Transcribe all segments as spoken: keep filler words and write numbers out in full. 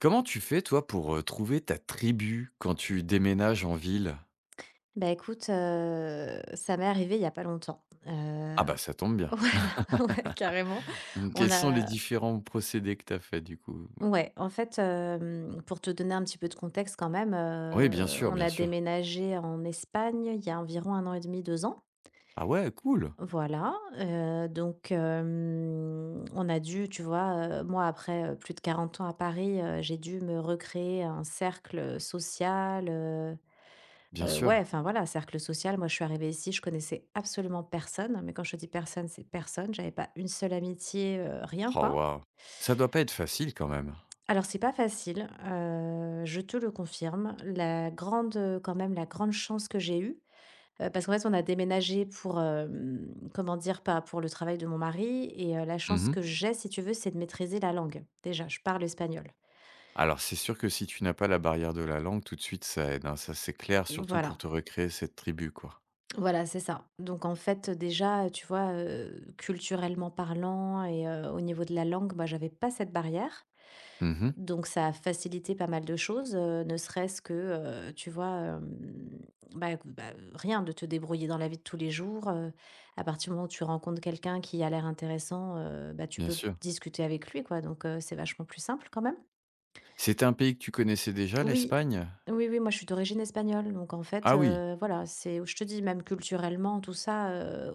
Comment tu fais, toi, pour, heu, trouver ta tribu quand tu déménages en ville? Bah, écoute, heu, ça m'est arrivé il y a pas longtemps, heu, Ah bah, ça tombe bien. voilà, ouais, carrément. Mmh, On quels sont les a différents procédés que tu as fait, du coup? Ouais, en fait, hem, pour te donner un petit peu de contexte quand même, Oui, bien heu, sûr, on bien a sûr. déménagé en Espagne il y a environ un an et demi, deux ans. Ah ouais, cool! Voilà, heu, donc, hem, on a dû, tu vois, heu, moi après, heu, plus de quarante ans à Paris, heu, j'ai dû me recréer un cercle social. Bien Heu, ouais, sûr. enfin voilà, cercle social, moi je suis arrivée ici, je connaissais absolument personne, mais quand je te dis personne, c'est personne. J'avais pas une seule amitié, heu, rien Oh quoi. waouh! Ça doit pas être facile quand même? Alors c'est pas facile, heu, je te le confirme. La grande, heu, quand même, la grande chance que j'ai eue, heu, parce qu'en fait on a déménagé pour, hem, comment dire? Pas pour le travail de mon mari. Et heu, la Mmh chance mh. que j'ai, si tu veux, c'est de maîtriser la langue. Déjà, je parle espagnol. Alors c'est sûr que si tu n'as pas la barrière de la langue, tout de suite ça aide, hein, ça c'est clair, surtout Voilà. pour te recréer cette tribu, quoi. Voilà, c'est ça. Donc en fait, déjà, tu vois, heu, culturellement parlant, et heu, au niveau de la langue, bah, j'avais pas cette barrière. Mmh mh, Donc ça a facilité pas mal de choses, heu, ne serait-ce que, heu, tu vois, hem, bah, écoute, bah, rien, de te débrouiller dans la vie de tous les jours, heu, à partir du moment où tu rencontres quelqu'un qui a l'air intéressant, heu, bah, tu bien peux sûr. discuter avec lui, quoi. Donc, heu, c'est vachement plus simple quand même. C'était un pays que tu connaissais déjà, Oui, l'Espagne? oui, oui, moi, je suis d'origine espagnole, donc en fait, Ah oui, heu, voilà, c'est, je te dis, même culturellement, tout ça, heu,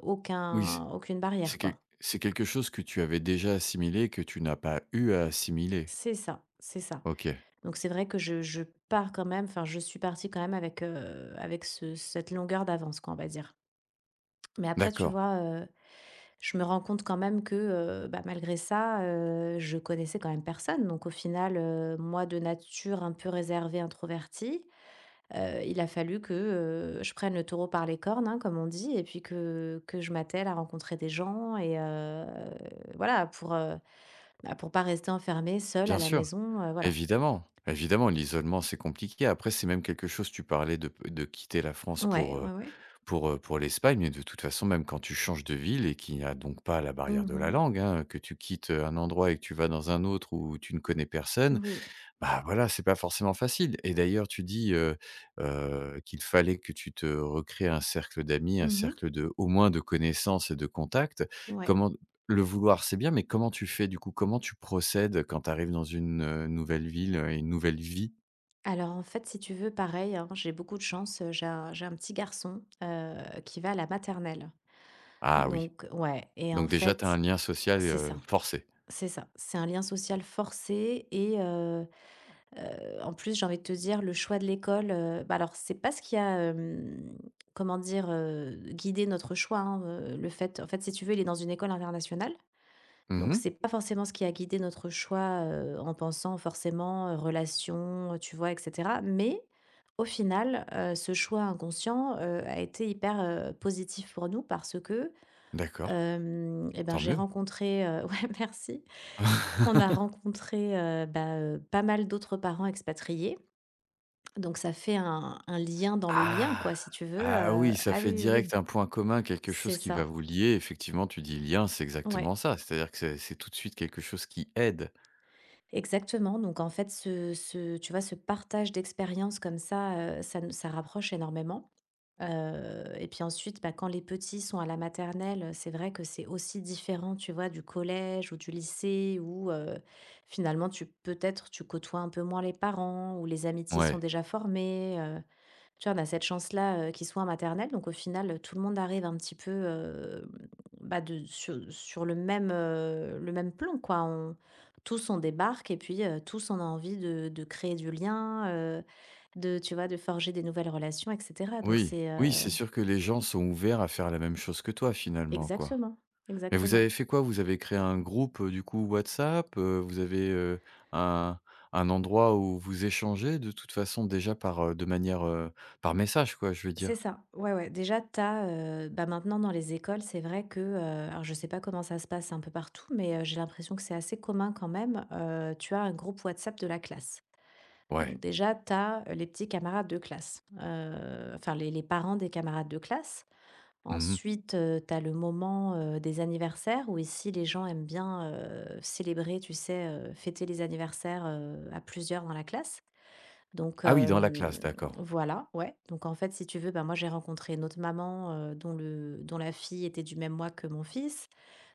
oui, aucun aucune barrière, c'est que quoi. c'est quelque chose que tu avais déjà assimilé que tu n'as pas eu à assimiler? C'est ça, c'est ça. OK, Donc c'est vrai que je je pars quand même, enfin, je suis partie quand même avec, heu, avec ce cette longueur d'avance, quoi, on va dire. Mais après, tu d'accord. vois, heu, je me rends compte quand même que, heu, bah, malgré ça, heu, je connaissais quand même personne. Donc au final, heu, moi de nature un peu réservée, introvertie. Heu, il a fallu que, heu, je prenne le taureau par les cornes, hein, comme on dit, et puis que que je m'attelle à rencontrer des gens, et heu, voilà, pour, heu, bah, pour pas rester enfermée seule à Bien la sûr, maison, heu, voilà. évidemment, évidemment, l'isolement, c'est compliqué. Après, c'est même quelque chose tu parlais de de quitter la France Ouais, pour, heu, ouais, ouais. pour, heu, pour l'Espagne, mais de toute façon, même quand tu changes de ville et qu'il n'y a donc pas la barrière de la Mmh. langue, hein, que tu quittes un endroit et que tu vas dans un autre où tu ne connais personne. Oui. Bah, voilà, c'est pas forcément facile et d'ailleurs tu dis, heu heu, qu'il fallait que tu te recrées un cercle d'amis, un Mmh. cercle de au moins de connaissances et de contacts. Ouais. Comment le vouloir, c'est bien, mais comment tu fais du coup? Comment tu procèdes quand tu arrives dans une, heu, nouvelle ville, heu, une nouvelle vie? Alors en fait, si tu veux, pareil, hein, j'ai beaucoup de chance, heu, j'ai un j'ai un petit garçon, heu, qui va à la maternelle. Ah oui, Donc, ouais, et en donc déjà tu as un fait, lien social, c'est ça, heu, forcé. c'est ça. C'est un lien social forcé. Et Heu, en plus, j'ai envie de te dire, le choix de l'école, heu, bah, alors c'est pas ce qui a, hem, comment dire, heu, guidé notre choix, hein. Heu, le fait, en fait, si tu veux, il est dans une école internationale, donc Mmh. c'est pas forcément ce qui a guidé notre choix, heu, en pensant forcément, heu, relations, tu vois, et cetera. Mais au final, heu, ce choix inconscient, heu, a été hyper, heu, positif pour nous, parce que, D'accord, hem, et ben, tant j'ai mieux. rencontré, heu ouais, merci. On a rencontré, heu, bah, heu, pas mal d'autres parents expatriés, donc ça fait un un lien dans le lien, Ah! quoi, si tu veux, Ah heu, oui, ça ah fait oui, oui, oui, direct un point commun, quelque c'est chose qui va ça, vous lier. Effectivement, tu dis: «Lien», c'est ouais, exactement ça. C'est-à-dire que c'est c'est tout de suite quelque chose qui aide. exactement. Donc en fait, ce ce tu vois, ce partage d'expériences comme ça, heu, ça nous ça rapproche énormément, heu et puis ensuite, bah, quand les petits sont à la maternelle, c'est vrai que c'est aussi différent, tu vois, du collège ou du lycée, où, heu, finalement tu peut-être tu côtoies un peu moins les parents, où les amitiés sont Ouais. déjà formées. Tu vois, on a cette chance-là, heu, qu'ils soient en maternelle, donc au final, tout le monde arrive un petit peu, heu, bah, de sur sur le même, heu, le même plan, quoi. On Tous, on débarque et puis, heu, tous, on a envie de de créer du lien, heu, de, tu vois, de forger des nouvelles relations, et cetera. Donc Oui. c'est, Oui, heu c'est sûr que les gens sont ouverts à faire la même chose que toi, finalement, quoi. exactement, Mais vous exactement. avez fait quoi? Vous avez créé un groupe, heu, du coup WhatsApp? Heu, vous avez, heu, un un endroit où vous échangez de toute façon déjà par, heu, de manière, heu, par message, quoi, je veux C'est dire? ça, ouais, ouais. Déjà, tu as, bah, maintenant dans les écoles, c'est vrai que, heu, alors je sais pas comment ça se passe un peu partout, mais, heu, j'ai l'impression que c'est assez commun quand même. Heu, tu as un groupe WhatsApp de la classe. Ouais. Donc déjà, tu as, euh, les petits camarades de classe, heu, enfin, les les parents des camarades de classe. Mmh mh. Ensuite, heu, tu as le moment, heu, des anniversaires, où ici les gens aiment bien, heu, célébrer, tu sais, heu, fêter les anniversaires, heu, à plusieurs dans la classe. Donc, Ah oui, dans la classe, hem, d'accord. voilà, ouais. Donc en fait, si tu veux, ben moi j'ai rencontré une autre maman, heu, dont le dont la fille était du même mois que mon fils.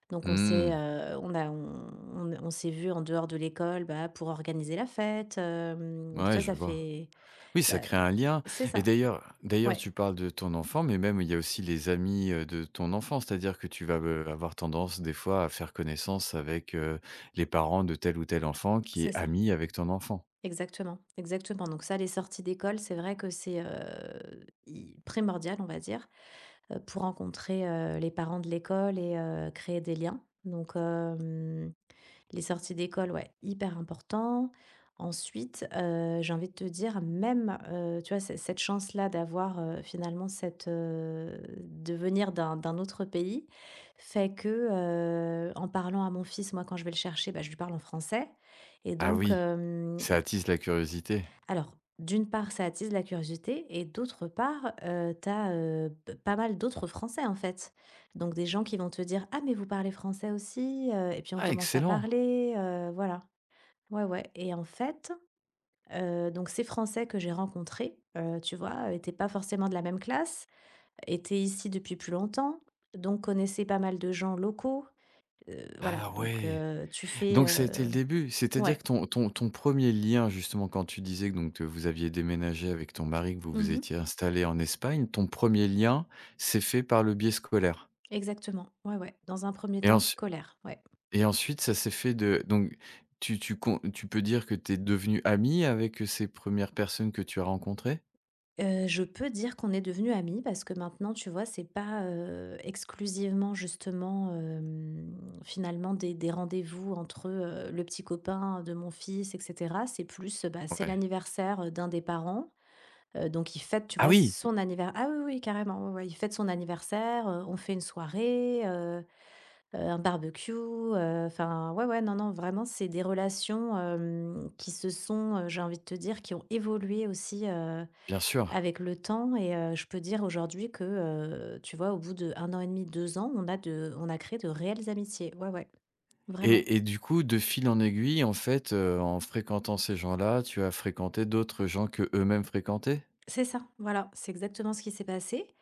Donc on Mmh. s'est, heu, on a on on on s'est vu en dehors de l'école, bah, pour organiser la fête, hem, tu Ouais, vois, je ça vois. fait, Oui, ça bah, crée un lien c'est et ça. d'ailleurs d'ailleurs Ouais, tu parles de ton enfant, mais même il y a aussi les amis, heu, de ton enfant. C'est-à-dire que tu vas, heu, avoir tendance des fois à faire connaissance avec, heu, les parents de tel ou tel enfant qui c'est est ça. ami avec ton enfant. Exactement, exactement. Donc ça, les sorties d'école, c'est vrai que c'est, heu, i primordial, on va dire, heu, pour rencontrer, heu, les parents de l'école, et heu, créer des liens. Donc, hem Les sorties d'école, ouais, hyper important. Ensuite, heu, j'ai envie de te dire, même, heu, tu vois, c cette chance-là d'avoir, heu, finalement cette, heu, de venir d'un d'un autre pays, fait que, heu, en parlant à mon fils, moi, quand je vais le chercher, bah, je lui parle en français. Et Ah donc, oui, hem, ça i attise la curiosité. alors, d'une part, ça attise la curiosité, et d'autre part, heu, tu as, p pas mal d'autres Français, en fait. Donc des gens qui vont te dire: «Ah, mais vous parlez français aussi?» Heu et puis on Ah commence à excellent! parler, heu, voilà. Ouais, ouais, et en fait, heu, donc ces Français que j'ai rencontrés, heu, tu vois, heu, étaient pas forcément de la même classe, étaient ici depuis plus longtemps, donc connaissaient pas mal de gens locaux, heu, voilà, Ah donc, ouais! heu, tu fais, Donc ça a été heu le début. C'est-à-dire ouais. que ton ton ton premier lien justement quand tu disais que donc, heu, vous aviez déménagé avec ton mari, que vous vous Mmh, étiez installés en Espagne, ton premier lien s'est fait par le biais scolaire exactement, ouais, ouais, dans un premier et temps ensu scolaire, ouais. Et ensuite, ça s'est fait de donc tu tu con tu peux dire que tu es devenue amie avec, euh, ces premières personnes que tu as rencontrées? Heu, je peux dire qu'on est devenus amis, parce que maintenant, tu vois, c'est pas, heu, exclusivement, justement, hem, finalement des des rendez-vous entre, heu, le petit copain de mon fils, et cetera. C'est plus, euh, bah, c'est Ouais. l'anniversaire d'un des parents, heu, donc il fête, tu Ah vois, oui! son anniversaire. Ah, oui, oui, carrément, ouais, ouais, il fête son anniversaire, heu, on fait une soirée, heu heu, un barbecue, heu, enfin, ouais, ouais, non, non, vraiment, c'est des relations, hem, qui se sont, heu, j'ai envie de te dire, qui ont évolué aussi, heu Bien sûr avec le temps. Et heu, je peux dire aujourd'hui que, heu, tu vois, au bout de un an et demi, deux ans, on a de on a créé de réelles amitiés. Ouais, ouais, vraiment. et et du coup, de fil en aiguille, en fait, heu, en fréquentant ces gens-là, tu as fréquenté d'autres gens que eux mêmes fréquentaient? C'est ça, voilà, c'est exactement ce qui s'est passé.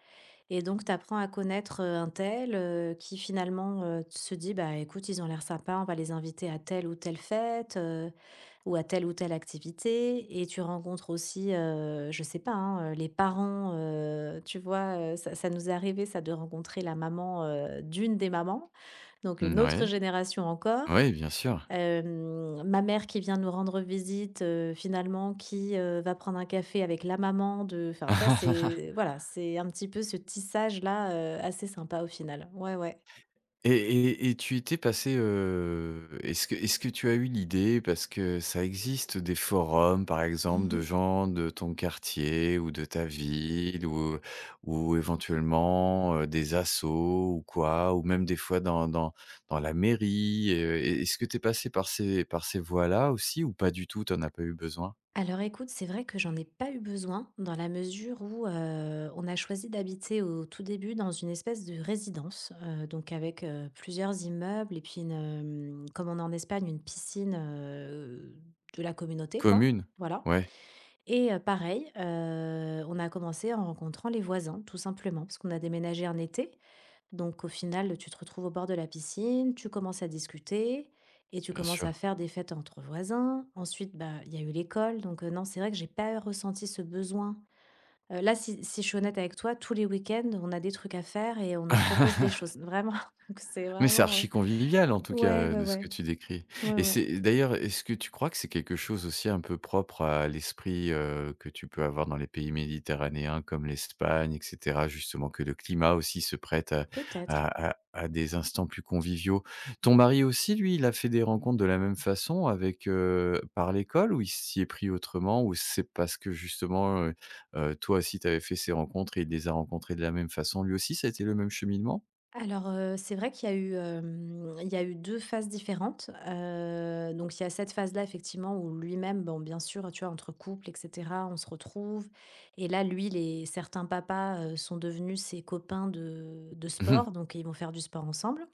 Et donc tu apprends à connaître, heu, un tel, heu, qui, finalement, heu, se dit: «Bah, écoute, ils ont l'air sympas, on va les inviter à telle ou telle fête, heu, ou à telle ou telle activité.» Et tu rencontres aussi, heu, je sais pas, hein, heu, les parents, heu, tu vois, heu, ça ça nous est arrivé, ça, de rencontrer la maman, heu, d'une des mamans. Donc une autre Ouais. génération encore. Oui, bien sûr. Hem, ma mère qui vient nous rendre visite, heu, finalement qui, heu, va prendre un café avec la maman de, enfin, tu vois? C'est, voilà, c'est un petit peu ce tissage-là, heu, assez sympa au final. Ouais, ouais. Et et et tu étais passé, heu, est-ce que est-ce que tu as eu l'idée parce que ça existe des forums, par exemple, Mmh. de gens de ton quartier ou de ta ville ou ou éventuellement, heu, des assos ou quoi, ou même des fois dans dans dans la mairie, heu, est est-ce que tu es passé par ces par ces voies-là aussi ou pas du tout, tu en as pas eu besoin? Alors écoute, c'est vrai que j'en ai pas eu besoin, dans la mesure où, heu, on a choisi d'habiter, au tout début, dans une espèce de résidence, heu, donc avec, heu, plusieurs immeubles, et puis une, hem, comme on est en Espagne, une piscine, heu, de la communauté, quoi, Commune? voilà. Ouais, Et, heu, pareil, heu, on a commencé en rencontrant les voisins, tout simplement, parce qu'on a déménagé en été. Donc au final, tu te retrouves au bord de la piscine, tu commences à discuter, et tu bien commences à sûr. faire des fêtes entre voisins. Ensuite, bah, il y a eu l'école, donc, heu, non, c'est vrai que j'ai pas ressenti ce besoin. Heu, là, si si je suis honnête avec toi, tous les week-ends, on a des trucs à faire et on nous propose des choses, vraiment. Donc c'est Mais c'est vraiment, heu archi convivial en tout ouais, cas, heu, ouais, de ce que ouais. tu décris Ouais, et ouais. c'est d'ailleurs, est-ce que tu crois que c'est quelque chose aussi un peu propre à l'esprit, heu, que tu peux avoir dans les pays méditerranéens comme l'Espagne et cetera, justement que le climat aussi se prête à Peut-être. à à à des instants plus conviviaux? Ton mari aussi lui, il a fait des rencontres de la même façon avec, heu, par l'école ou il s'y est pris autrement? Ou c'est parce que justement, heu heu, toi aussi tu avais fait ces rencontres et il les a rencontrées de la même façon, lui aussi ça a été le même cheminement? Alors, heu, c'est vrai qu'il y a eu, hem, il y a eu deux phases différentes. Heu, donc il y a cette phase-là, effectivement, où lui-même, bon, bien sûr, tu vois, entre couples et cetera, on se retrouve. Et là, lui, les certains papas, heu, sont devenus ses copains de de sport, donc ils vont faire du sport ensemble.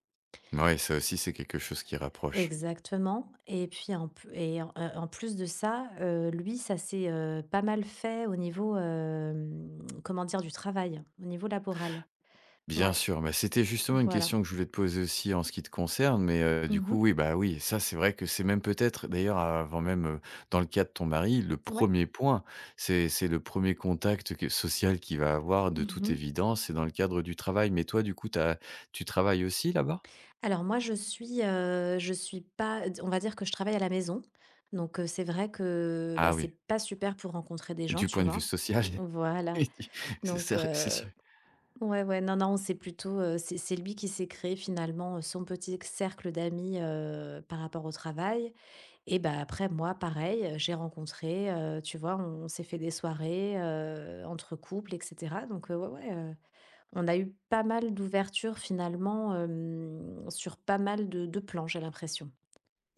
Ouais, ça aussi, c'est quelque chose qui rapproche. Exactement. Et puis en plu et en, heu, en plus de ça, heu, lui, ça s'est, heu, pas mal fait au niveau, hem, comment dire? Du travail, au niveau laboral. Bien Ouais, sûr, bah, c'était justement une voilà. question que je voulais te poser aussi en ce qui te concerne, mais heu, du Mmh. coup, oui, bah, oui, ça, c'est vrai que c'est même peut-être d'ailleurs avant même, heu, dans le cas de ton mari, le Ouais. premier point. C'est c'est le premier contact que social qu'il va avoir de toute Mmh. évidence, c'est dans le cadre du travail. Mais toi, du coup, tu tu travailles aussi là-bas? Alors moi, je suis, heu, je suis pas, on va dire que je travaille à la maison, donc heu, c'est vrai que, bah, Ah oui, c'est pas super pour rencontrer des gens, du tu point de vue vois? social? Voilà, Oui, c'est donc sûr. heu, ouais, ouais, non, non, c'est plutôt, heu, c'est c'est lui qui s'est créé finalement, heu, son petit cercle d'amis, heu, par rapport au travail. Et bah, après moi, pareil, heu, j'ai rencontré, heu, tu vois? On on s'est fait des soirées, heu, entre couples et cetera, donc heu, ouais, ouais, on a eu pas mal d'ouvertures finalement, hem, sur pas mal de de plans, j'ai l'impression.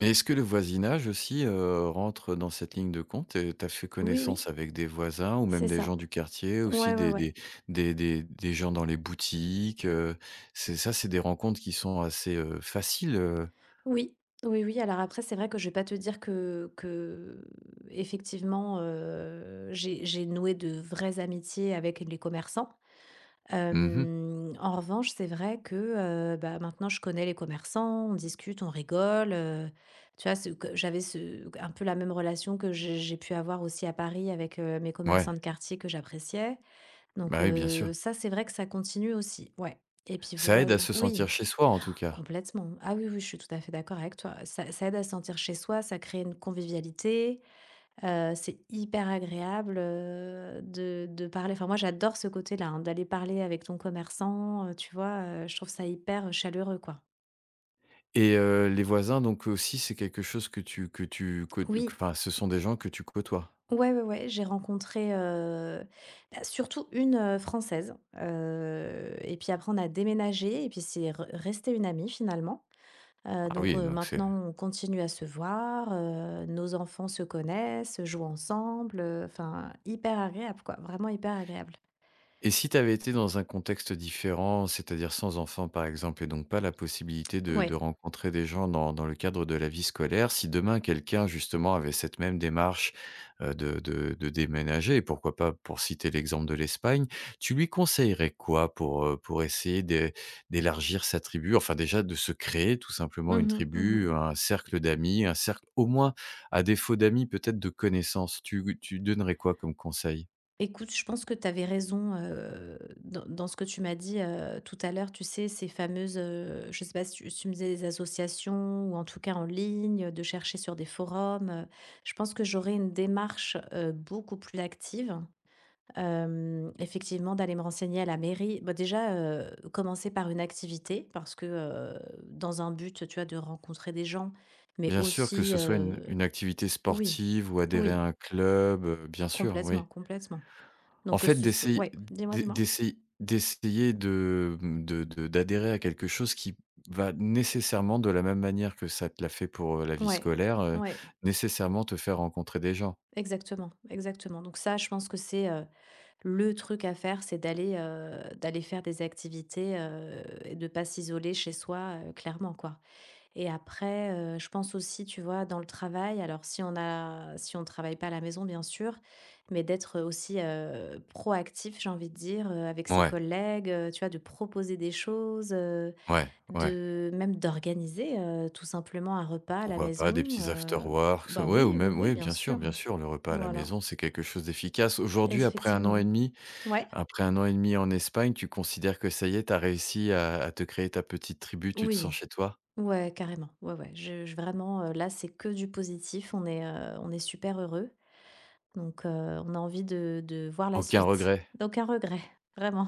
Et est-ce que le voisinage aussi, heu, rentre dans cette ligne de compte? Et tu as fait Oui, oui, connaissance avec des voisins ou même c'est des ça. gens du quartier, aussi Ouais, ouais, des ouais. des des des des gens dans les boutiques, heu? C'est ça, c'est des rencontres qui sont assez, heu, faciles, heu? Oui, oui, oui, alors après c'est vrai que je vais pas te dire que qu'effectivement, heu, j'ai j'ai noué de vraies amitiés avec les commerçants. Mmh. Hem, en revanche, c'est vrai que, heu, bah, maintenant je connais les commerçants, on discute, on rigole, heu, tu vois? Ce que j'avais ce un peu la même relation que j'ai j'ai pu avoir aussi à Paris avec, heu, mes Ouais, commerçants de quartier que j'appréciais. Donc, bah, oui, bien sûr. heu, ça, c'est vrai que ça continue aussi, ouais. Et puis vous Ça aide à voyez, se oui, sentir chez soi, en tout cas. complètement. Ah oui, oui, je suis tout à fait d'accord avec toi. Ça ça aide à se sentir chez soi, ça crée une convivialité. Heu, c'est hyper agréable, heu, de de parler, enfin moi j'adore ce côté-là, hein, d'aller parler avec ton commerçant, heu, tu vois? Heu, je trouve ça hyper chaleureux, quoi. Et heu, les voisins, donc aussi, c'est quelque chose que tu que tu co- que Oui, enfin, ce sont des gens que tu côtoies? ouais, ouais, ouais, j'ai rencontré, heu, bah, surtout une, heu, Française, heu et puis après on a déménagé et puis c'est re resté une amie finalement. Heu, Ah donc oui, heu, donc c'est. maintenant on continue à se voir, heu, nos enfants se connaissent, jouent ensemble, heu, enfin hyper agréable, quoi, vraiment hyper agréable. Et si tu avais été dans un contexte différent, c'est-à-dire sans enfant, par exemple, et donc pas la possibilité de Ouais. de rencontrer des gens dans dans le cadre de la vie scolaire, si demain quelqu'un, justement, avait cette même démarche, heu, de de de déménager et pourquoi pas pour citer l'exemple de l'Espagne, tu lui conseillerais quoi pour, heu, pour essayer d'é d'élargir sa tribu? Enfin, déjà de se créer tout simplement Mmh une mh. Mmh. tribu, un cercle d'amis, un cercle au moins à défaut d'amis, peut-être de connaissances. Tu tu donnerais quoi comme conseil? Écoute, je pense que tu avais raison, heu, dans dans ce que tu m'as dit, heu, tout à l'heure, tu sais, ces fameuses, heu, je sais pas si tu, si tu me disais, des associations ou en tout cas en ligne, de chercher sur des forums. heu. Je pense que j'aurais une démarche, heu, beaucoup plus active, hem, effectivement d'aller me renseigner à la mairie. Bah, déjà, heu, commencer par une activité parce que, heu, dans un but, tu vois, de rencontrer des gens, mais Bien sûr, que aussi, ce soit une heu une activité oui, sportive ou adhérer oui, à un club, heu, bien sûr, complètement, oui. complètement. En Donc que fait, ce soit, d'essayer ouais, dis-moi, d'e dis-moi? d'essayer d'essayer de, mmh, de de d'adhérer à quelque chose qui va nécessairement, de la même manière que ça te l'a fait pour, heu, la vie Ouais, scolaire, heu, ouais, nécessairement te faire rencontrer des gens. exactement, exactement. Donc ça, je pense que c'est, heu, le truc à faire, c'est d'aller, heu, d'aller faire des activités, heu et de pas s'isoler chez soi, heu, clairement, quoi. Et après, heu, je pense aussi, tu vois, dans le travail, alors si on a, si on travaille pas à la maison, bien sûr, mais d'être aussi, heu, proactif, j'ai envie de dire, heu, avec ses Ouais, collègues, heu, tu vois, de proposer des choses, ouais, ouais. de même d'organiser, heu, tout simplement un repas à la Pourquoi pas des maison, petits heu, afterworks, bah, ouais ou oui, oui, même oui, ouais, bien bien sûr, bien sûr. sûr, le repas à la Voilà, maison, c'est quelque chose d'efficace. Aujourd'hui, après un an effectivement. et demi Ouais, Après un an et demi en Espagne, tu considères que ça y est, tu as réussi à à te créer ta petite tribu, tu te sens oui, chez toi? ouais, carrément. Ouais, ouais, je je vraiment, heu, là, c'est que du positif. On est, heu, on est super heureux, donc heu, on a envie de de voir la Aucun suite. regret? D'aucun regret, vraiment.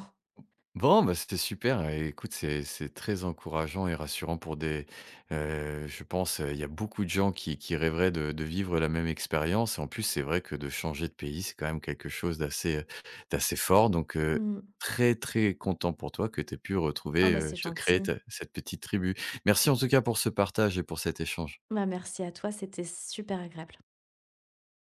Bon, bah, c'était super et écoute, c'est c'est très encourageant et rassurant pour des, heu, je pense, heu, il y a beaucoup de gens qui qui rêveraient de de vivre la même expérience et en plus, c'est vrai que de changer de pays, c'est quand même quelque chose d'assez, heu, d'assez fort donc heu, Mmh. très, très content pour toi que tu aies pu Oh, retrouver, bah, c'est heu, te créer gentil. ta cette petite tribu. Merci en tout cas pour ce partage et pour cet échange. Bah, merci à toi, c'était super agréable.